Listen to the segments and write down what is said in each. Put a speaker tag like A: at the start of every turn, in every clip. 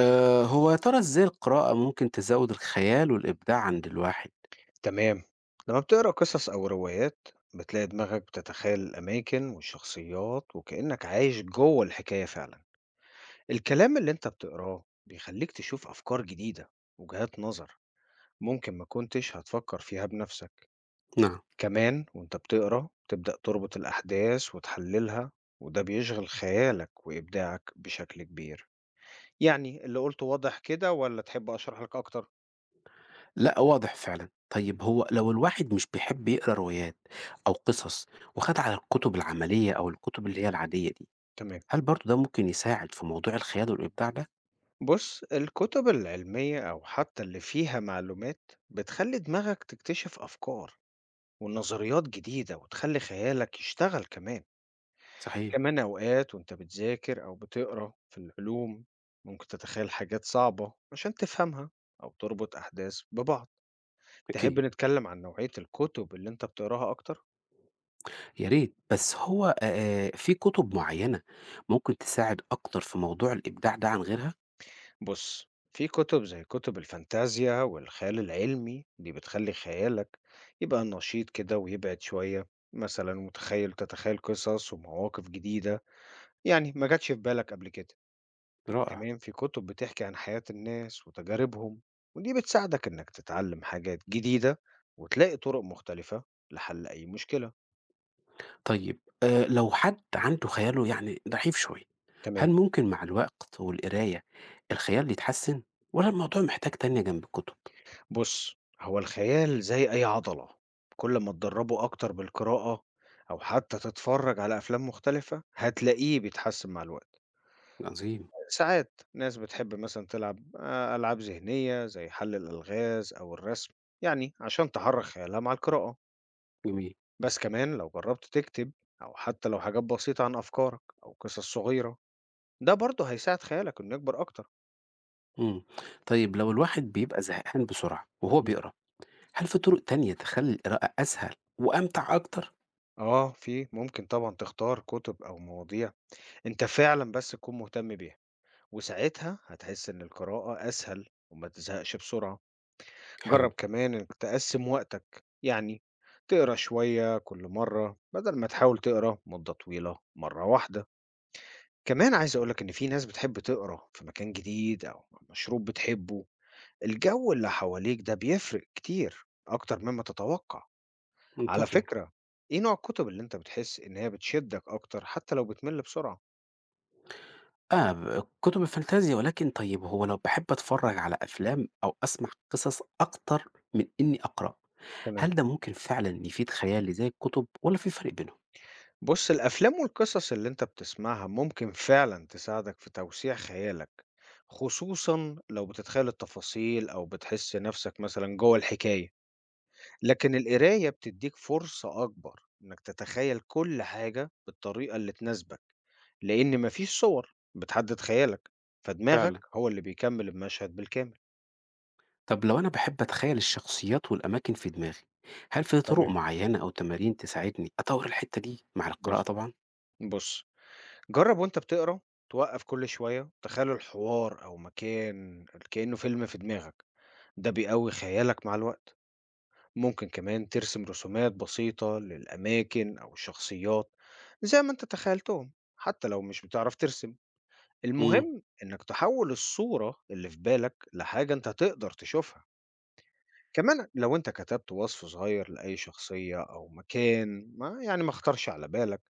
A: هو يا ترى إزاي القراءة ممكن تزوّد الخيال والإبداع عند الواحد؟
B: تمام. لما بتقرأ قصص أو روايات بتلاقي دماغك بتتخيل الأماكن والشخصيات وكأنك عايش جوه الحكاية فعلا. الكلام اللي أنت بتقراه بيخليك تشوف أفكار جديدة، وجهات نظر ممكن ما كنتش هتفكر فيها بنفسك.
A: نعم.
B: كمان وأنت بتقرأ تبدأ تربط الأحداث وتحللها، وده بيشغل خيالك وإبداعك بشكل كبير. يعني اللي قلته واضح كده ولا تحب أشرح لك أكتر؟
A: لأ، واضح فعلًا. طيب هو لو الواحد مش بيحب يقرا روايات أو قصص وخَد على الكتب العملية أو الكتب اللي هي العادية دي،
B: تمام.
A: هل برضه ده ممكن يساعد في موضوع الخيال والإبداع ده؟
B: بص، الكتب العلمية أو حتى اللي فيها معلومات بتخلي دماغك تكتشف أفكار ونظريات جديدة وتخلي خيالك يشتغل كمان.
A: صحيح،
B: كمان أوقات وأنت بتذاكر أو بتقرأ في العلوم ممكن تتخيل حاجات صعبة عشان تفهمها، أو تربط أحداث ببعض. تحب
A: أكيد.
B: نتكلم عن نوعية الكتب اللي أنت بتقراها أكتر؟
A: يا ريت، بس هو في كتب معيّنة ممكن تساعد أكتر في موضوع الإبداع ده عن غيرها؟
B: بص، في كتب زي كتب الفانتازيا والخيال العلمي دي بتخلي خيالك يبقى نشيط كده ويبعد شوية. مثلا متخيل تتخيل قصص ومواقف جديدة، يعني ما جاتش في بالك قبل كده.
A: رائع.
B: كمان في كتب بتحكي عن حياة الناس وتجاربهم، ودي بتساعدك إنك تتعلم حاجات جديدة وتلاقي طرق مختلفة لحل أي مشكلة.
A: طيب لو حد عنده خياله يعني ضعيف شوية،
B: كمان
A: هل ممكن مع الوقت والقراية الخيال يتحسن، والّا الموضوع محتاج تانية جنب الكتب؟
B: بُص، هو الخيال زي أي عضلة، كل ما تدرّبه أكتر بالقراءة أو حتى تتفرّج على أفلام مختلفة، هتلاقيه بيتحسّن مع الوقت.
A: عظيم،
B: ساعات ناس بتحب مثلًا تلعب ألعاب ذهنية زي حَل الألغاز أو الرسم، يعني عشان تحرّك خيالها مع القراءة.
A: جميل،
B: بس كمان لو جرّبت تكتب أو حتى لو حاجات بسيطة عن أفكارك أو قصص صغيرة، ده برضه هيساعد خيالك إنه يكبر أكتر.
A: إمم، طيب لو الواحد بيبقى زهقان بسرعة وهو
B: إمم.
A: بيقرا، هل في طرق تانية تخلّي القراءة أسهل وأمتع أكتر؟
B: آه، في ممكن طبعًا تختار كُتب أو مواضيع أنت فعلًا بس تكون مهتم بيها. وساعتها هتحس إن القراءة أسهل وما تزهقش بسرعة.
A: حلو،
B: جرب كمان إنك تقسم وقتك، يعني تقرا شوية كل مرة بدل ما تحاول تقرا مدة طويلة مرة واحدة. كمان عايز أقولك إن في ناس بتحب تقرا في مكان جديد أو مع مشروب بتحبه. الجو اللي حواليك ده بيفرق كتير أكتر مما تتوقع. على
A: منطقي.
B: فكرة، إيه نوع الكتب اللي أنت بتحس إن هي بتشدك أكتر حتى لو بتمل بسرعة؟
A: آه، ب كتب الفانتازيا، ولكن طيب هو لو باحب أتفرّج على أفلام أو أسمع قصص أكتر من إني أقرأ،
B: تمام.
A: هل ده ممكن فعلًا يفيد خيالي زي الكتب والّا في فرق بينهم؟
B: بُص، الأفلام والقصص اللي أنت بتسمعها ممكن فعلًا تساعدك في توسيع خيالك، خصوصًا لو بتتخيل التفاصيل أو بتحس نفسك مثلًا جوه الحكاية. لكن القراية بتديك فرصة أكبر إنك تتخيل كل حاجة بالطريقة اللي تناسبك، لأن ما فيش صور بتحدد خيالك، فدماغك
A: فعلا.
B: هو اللي بيكمل المشهد بالكامل.
A: طب لو أنا بحب أتخيل الشخصيات والأماكن في دماغي، هل في طرق
B: تمام،
A: معينة أو تمارين تساعدني أطور الحتة دي مع القراءة
B: بُص
A: طبعا؟
B: بُص، جرب وأنت بتقرا توقف كل شوية، تخيل الحوار أو مكان كأنه فيلم في دماغك. ده بيقوي خيالك مع الوقت. ممكن كمان ترسم رسومات بسيطة للأماكن أو الشخصيات زي ما أنت تخيلتهم، حتى لو مش بتعرف ترسم.
A: امم،
B: المهم إنك تحول الصورة اللي في بالك لحاجة أنت تقدر تشوفها. كمان لو أنت كتبت وصف صغير لأي شخصية أو مكان ما، يعني ما اختارش على بالك،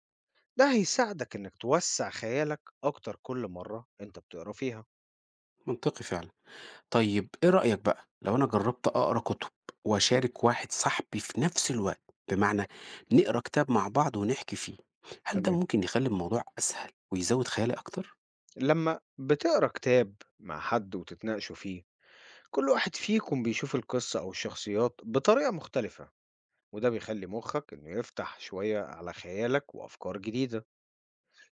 B: ده هيساعدك إنك توسع خيالك أكتر كل مرة أنت بتقرا فيها.
A: منطقي فعلا. طيب إيه رأيك بقى لو أنا جربت أقرأ كتب
B: مم.
A: وأشارك واحد صاحبي في نفس الوقت، بمعنى نقرأ كتاب مع بعض ونحكي فيه، هل ده
B: تمام.
A: ممكن يخلي الموضوع أسهل ويزود خيالي أكتر؟
B: لما بتقرا كتاب مع حد وتتناقشوا فيه، كل واحد فيكم بيشوف القصة أو الشخصيات بطريقة مختلفة، وده بيخلي مخك إنه يفتح شوية على خيالك وأفكار جديدة.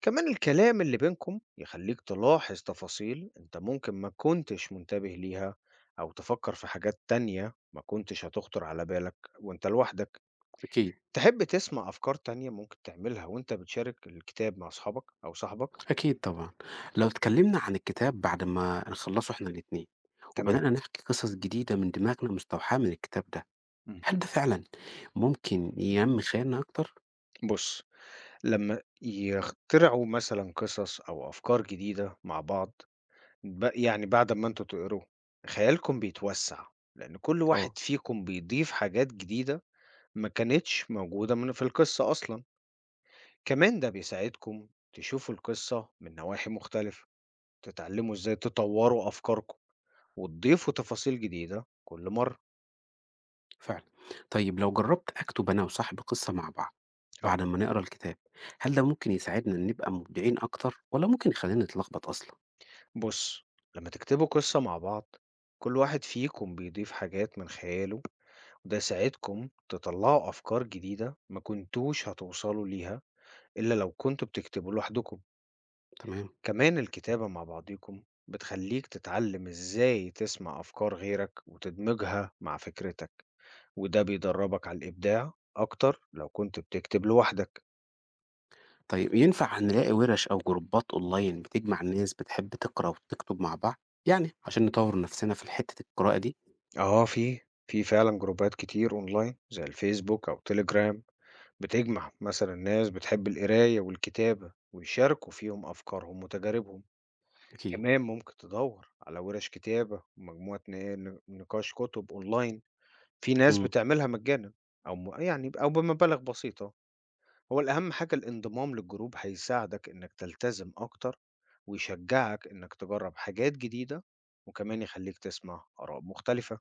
B: كمان الكلام اللي بينكم يخليك تلاحظ تفاصيل أنت ممكن ما كنتش منتبه ليها، أو تفكر في حاجات تانية ما كنتش هتخطر على بالك وأنت لوحدك.
A: أكيد،
B: تحب تسمع أفكار تانية ممكن تعملها وأنت بتشارك الكتاب مع أصحابك أو صاحبك؟
A: أكيد طبعا. لو اتكلمنا عن الكتاب بعد ما نخلصه إحنا الاتنين
B: تمام.
A: وبدأنا نحكي قصص جديدة من دماغنا مستوحاة من الكتاب ده،
B: مم.
A: هل ده فعلًا ممكن ينمّي خيالنا أكتر؟
B: بص، لما يخترعوا مثلا قصص أو أفكار جديدة مع بعض، ب يعني بعد أمّا أنتم تقروه، خيالكم بيتوسّع، لإن كل
A: آه،
B: واحد فيكم بيضيف حاجات جديدة ما كانتش موجودة من في القصة أصلًا. كمان ده بيساعدكم تشوفوا القصة من نواحي مختلفة، تتعلموا إزاي تطوّروا أفكاركم وتضيفوا تفاصيل جديدة كل مرّة.
A: فعلًا. طيب لو جرّبت أكتب أنا وصاحبي قصة مع بعض
B: أهو
A: بعد ما نقرا الكتاب، هل ده ممكن يساعدنا إن نبقى مبدعين أكتر والّا ممكن يخلّينا نتلخبط أصلًا؟
B: بُص، لمّا تكتبوا قصة مع بعض، كل واحد فيكم بيضيف حاجات من خياله، وده يساعدكم تطلّعوا أفكار جديدة ما كنتوش هتوصلوا ليها إلا لو كنتم بتكتبوا لوحدكم.
A: تمام.
B: كمان الكتابة مع بعضيكم بتخليك تتعلم إزاي تسمع أفكار غيرك وتدمجها مع فكرتك، وده بيدربك على الإبداع أكتر لو كنت بتكتب لوحدك.
A: طيب ينفع نلاقي وِرَش أو جروبات أونلاين بتجمع الناس بتحب تقرا وتكتب مع بعض؟ يعني عشان نطوّر نفسنا في ال حتّة القراءة دي؟
B: آه، في فعلا جروبات كتير أونلاين زي الفيسبوك أو تليجرام بتجمع مثلا ناس بتحب القراية والكتابة ويشاركوا فيهم أفكارهم وتجاربهم.
A: أكيد.
B: كمان ممكن تدور على ورش كتابة ومجموعة نقاش كتب أونلاين. في ناس
A: إمم.
B: بتعملها مجانا أو أو بمبالغ بسيطة. هو الأهم حاجة الانضمام للجروب هيساعدك إنك تلتزم أكتر، ويشجعك إنك تجرب حاجات جديدة، وكمان يخليك تسمع آراء مختلفة.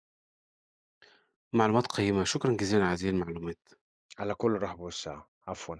A: معلومات قيّمة، شكرًا جزيلًا على هذه المعلومات.
B: على كل رهب والساعة عفوا